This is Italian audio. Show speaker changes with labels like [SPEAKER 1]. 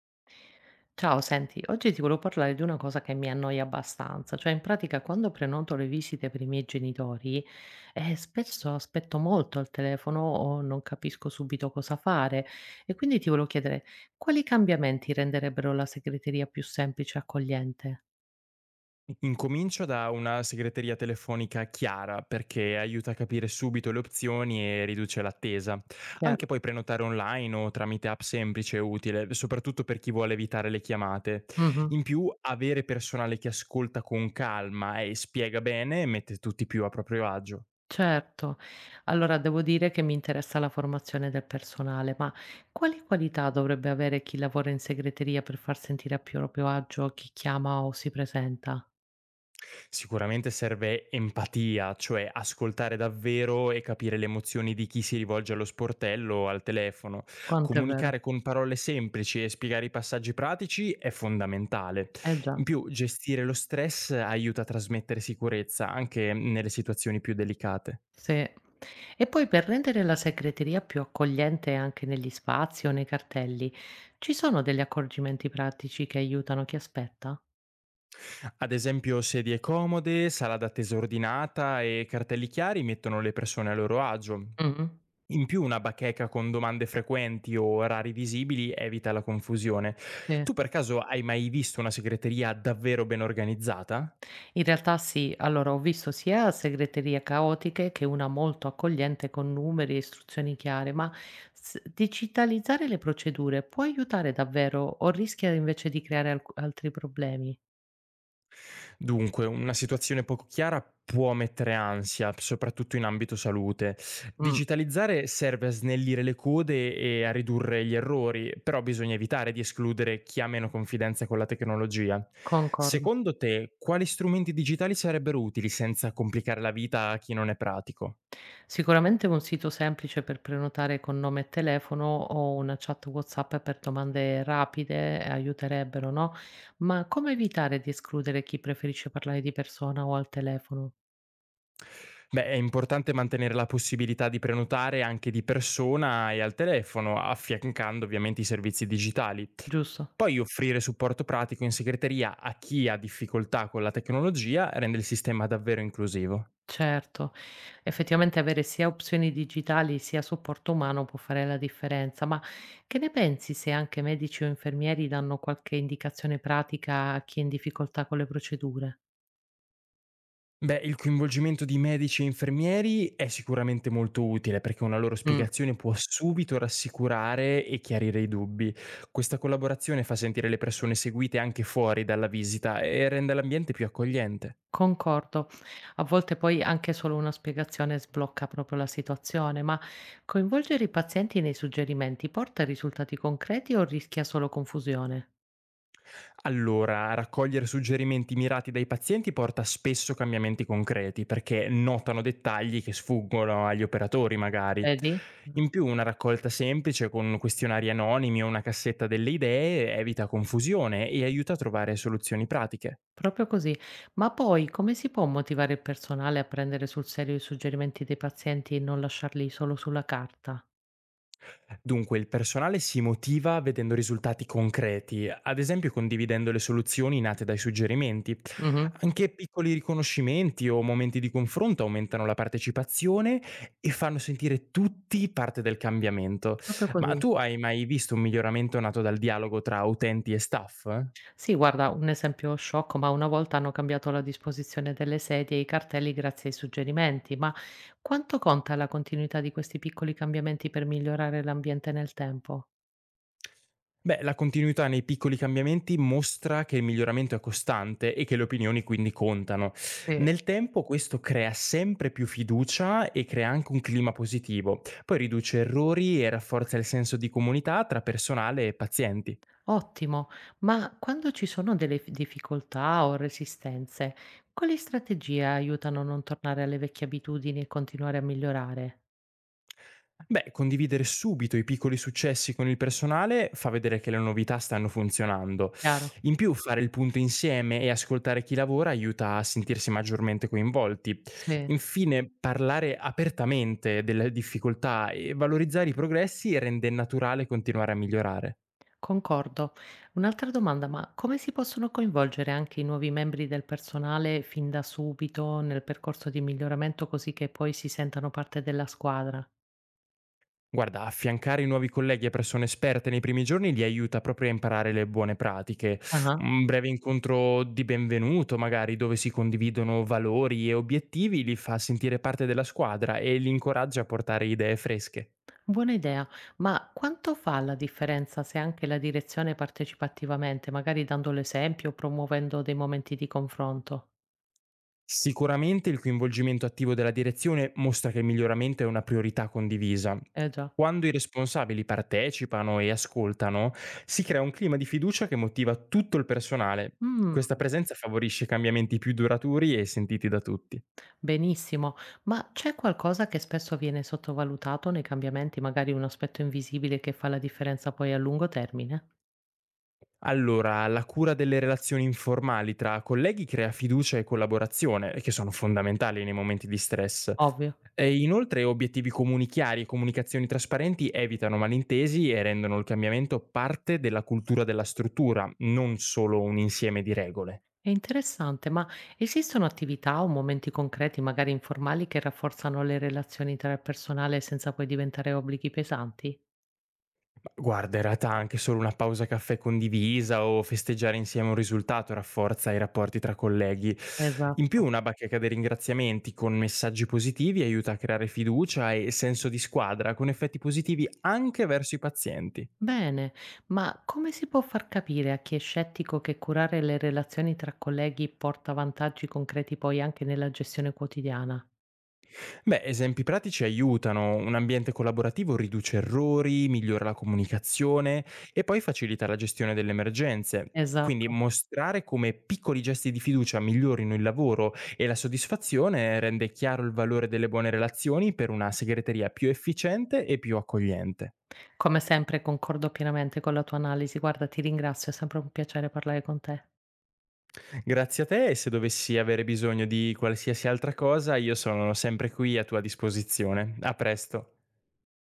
[SPEAKER 1] Ciao, senti, oggi ti volevo parlare di una cosa che mi annoia abbastanza, cioè in pratica quando prenoto le visite per i miei genitori, spesso aspetto molto al telefono o non capisco subito cosa fare e quindi ti volevo chiedere quali cambiamenti renderebbero la segreteria più semplice e accogliente?
[SPEAKER 2] Incomincio da una segreteria telefonica chiara perché aiuta a capire subito le opzioni e riduce l'attesa. Anche
[SPEAKER 1] Chiaro.
[SPEAKER 2] poi prenotare online o tramite app semplice è utile, soprattutto per chi vuole evitare le chiamate.
[SPEAKER 1] Mhm.
[SPEAKER 2] In più, avere personale che ascolta con calma e spiega bene mette tutti più a proprio agio.
[SPEAKER 1] Certo, allora devo dire che mi interessa la formazione del personale, ma quali qualità dovrebbe avere chi lavora in segreteria per far sentire a più proprio agio chi chiama o si presenta?
[SPEAKER 2] Sicuramente serve empatia, cioè ascoltare davvero e capire le emozioni di chi si rivolge allo sportello o al telefono.
[SPEAKER 1] Quanto è vero.
[SPEAKER 2] Comunicare con parole semplici e spiegare i passaggi pratici è fondamentale.
[SPEAKER 1] Eh già,
[SPEAKER 2] In più, gestire lo stress aiuta a trasmettere sicurezza anche nelle situazioni più delicate.
[SPEAKER 1] sì. E poi per rendere la segreteria più accogliente anche negli spazi o nei cartelli, ci sono degli accorgimenti pratici che aiutano chi aspetta?
[SPEAKER 2] Ad esempio, sedie comode, sala d'attesa ordinata e cartelli chiari mettono le persone a loro agio.
[SPEAKER 1] Mh-mh.
[SPEAKER 2] In più, una bacheca con domande frequenti o orari visibili evita la confusione.
[SPEAKER 1] Sì.
[SPEAKER 2] Tu per caso hai mai visto una segreteria davvero ben organizzata?
[SPEAKER 1] In realtà sì, allora ho visto sia segreterie caotiche che una molto accogliente con numeri e istruzioni chiare, ma s digitalizzare le procedure può aiutare davvero o rischia invece di creare alc altri problemi?
[SPEAKER 2] Dunque, una situazione poco chiara può mettere ansia, soprattutto in ambito salute.
[SPEAKER 1] Mh,
[SPEAKER 2] Digitalizzare serve a snellire le code e a ridurre gli errori, però bisogna evitare di escludere chi ha meno confidenza con la tecnologia.
[SPEAKER 1] concordo.
[SPEAKER 2] Secondo te, quali strumenti digitali sarebbero utili senza complicare la vita a chi non è pratico?
[SPEAKER 1] Sicuramente un sito semplice per prenotare con nome e telefono o una chat WhatsApp per domande rapide aiuterebbero, no? Ma come evitare di escludere chi preferisce parlare di persona o al telefono?
[SPEAKER 2] Beh, è importante mantenere la possibilità di prenotare anche di persona e al telefono, affiancando ovviamente i servizi digitali.
[SPEAKER 1] Giusto?
[SPEAKER 2] Poi offrire supporto pratico in segreteria a chi ha difficoltà con la tecnologia rende il sistema davvero inclusivo.
[SPEAKER 1] Certo. Effettivamente avere sia opzioni digitali sia supporto umano può fare la differenza, ma che ne pensi se anche medici o infermieri danno qualche indicazione pratica a chi è in difficoltà con le procedure?
[SPEAKER 2] Beh, il coinvolgimento di medici e infermieri è sicuramente molto utile perché una loro
[SPEAKER 1] Mm.
[SPEAKER 2] spiegazione può subito rassicurare e chiarire i dubbi. Questa collaborazione fa sentire le persone seguite anche fuori dalla visita e rende l'ambiente più accogliente.
[SPEAKER 1] Concordo. A volte poi anche solo una spiegazione sblocca proprio la situazione, ma coinvolgere i pazienti nei suggerimenti porta a risultati concreti o rischia solo confusione?
[SPEAKER 2] Allora, raccogliere suggerimenti mirati dai pazienti porta spesso cambiamenti concreti, perché notano dettagli che sfuggono agli operatori magari.
[SPEAKER 1] Vedi? Mm.
[SPEAKER 2] In più, una raccolta semplice con questionari anonimi o una cassetta delle idee evita confusione e aiuta a trovare soluzioni pratiche.
[SPEAKER 1] Proprio così. Ma poi come si può motivare il personale a prendere sul serio i suggerimenti dei pazienti e non lasciarli solo sulla carta?
[SPEAKER 2] Dunque, il personale si motiva vedendo risultati concreti, ad esempio condividendo le soluzioni nate dai suggerimenti.
[SPEAKER 1] Mhm.
[SPEAKER 2] Anche piccoli riconoscimenti o momenti di confronto aumentano la partecipazione e fanno sentire tutti parte del cambiamento.
[SPEAKER 1] Proprio
[SPEAKER 2] Ma
[SPEAKER 1] così.
[SPEAKER 2] tu hai mai visto un miglioramento nato dal dialogo tra utenti e staff?
[SPEAKER 1] Sì, guarda, un esempio sciocco, ma una volta hanno cambiato la disposizione delle sedie e i cartelli grazie ai suggerimenti. Ma quanto conta la continuità di questi piccoli cambiamenti per migliorare l'ambiente nel tempo?
[SPEAKER 2] Beh, la continuità nei piccoli cambiamenti mostra che il miglioramento è costante e che le opinioni quindi contano.
[SPEAKER 1] Sì.
[SPEAKER 2] Nel tempo questo crea sempre più fiducia e crea anche un clima positivo, poi riduce errori e rafforza il senso di comunità tra personale e pazienti.
[SPEAKER 1] Ottimo, ma quando ci sono delle difficoltà o resistenze, quali strategie aiutano a non tornare alle vecchie abitudini e continuare a migliorare?
[SPEAKER 2] Beh, condividere subito i piccoli successi con il personale fa vedere che le novità stanno funzionando.
[SPEAKER 1] Chiaro.
[SPEAKER 2] In più, fare il punto insieme e ascoltare chi lavora aiuta a sentirsi maggiormente coinvolti.
[SPEAKER 1] Sì.
[SPEAKER 2] Infine, parlare apertamente delle difficoltà e valorizzare i progressi rende naturale continuare a migliorare.
[SPEAKER 1] Concordo. Un'altra domanda, ma come si possono coinvolgere anche i nuovi membri del personale fin da subito nel percorso di miglioramento così che poi si sentano parte della squadra?
[SPEAKER 2] Guarda, affiancare i nuovi colleghi a persone esperte nei primi giorni li aiuta proprio a imparare le buone pratiche.
[SPEAKER 1] Ah,
[SPEAKER 2] Un breve incontro di benvenuto, magari, dove si condividono valori e obiettivi, li fa sentire parte della squadra e li incoraggia a portare idee fresche.
[SPEAKER 1] buona idea, ma quanto fa la differenza se anche la direzione partecipa attivamente, magari dando l'esempio o promuovendo dei momenti di confronto?
[SPEAKER 2] Sicuramente il coinvolgimento attivo della direzione mostra che il miglioramento è una priorità condivisa.
[SPEAKER 1] Eh già.
[SPEAKER 2] Quando i responsabili partecipano e ascoltano, si crea un clima di fiducia che motiva tutto il personale.
[SPEAKER 1] Mm,
[SPEAKER 2] Questa presenza favorisce cambiamenti più duraturi e sentiti da tutti.
[SPEAKER 1] benissimo, ma c'è qualcosa che spesso viene sottovalutato nei cambiamenti, magari un aspetto invisibile che fa la differenza poi a lungo termine?
[SPEAKER 2] Allora, la cura delle relazioni informali tra colleghi crea fiducia e collaborazione, che sono fondamentali nei momenti di stress.
[SPEAKER 1] Ovvio.
[SPEAKER 2] E inoltre, obiettivi comuni chiari e comunicazioni trasparenti evitano malintesi e rendono il cambiamento parte della cultura della struttura, non solo un insieme di regole.
[SPEAKER 1] È interessante, ma esistono attività o momenti concreti, magari informali, che rafforzano le relazioni tra il personale senza poi diventare obblighi pesanti?
[SPEAKER 2] Guarda, in realtà anche solo una pausa caffè condivisa o festeggiare insieme un risultato rafforza i rapporti tra colleghi. In più,
[SPEAKER 1] Esatto.
[SPEAKER 2] una bacheca dei ringraziamenti con messaggi positivi aiuta a creare fiducia e senso di squadra con effetti positivi anche verso i pazienti.
[SPEAKER 1] Bene, ma come si può far capire a chi è scettico che curare le relazioni tra colleghi porta vantaggi concreti poi anche nella gestione quotidiana?
[SPEAKER 2] Beh, esempi pratici aiutano, un ambiente collaborativo riduce errori, migliora la comunicazione e poi facilita la gestione delle emergenze. Quindi
[SPEAKER 1] Esatto.
[SPEAKER 2] mostrare come piccoli gesti di fiducia migliorino il lavoro e la soddisfazione rende chiaro il valore delle buone relazioni per una segreteria più efficiente e più accogliente.
[SPEAKER 1] Come sempre concordo pienamente con la tua analisi. Guarda, ti ringrazio, è sempre un piacere parlare con te.
[SPEAKER 2] Grazie a te e se dovessi avere bisogno di qualsiasi altra cosa io sono sempre qui a tua disposizione. A presto.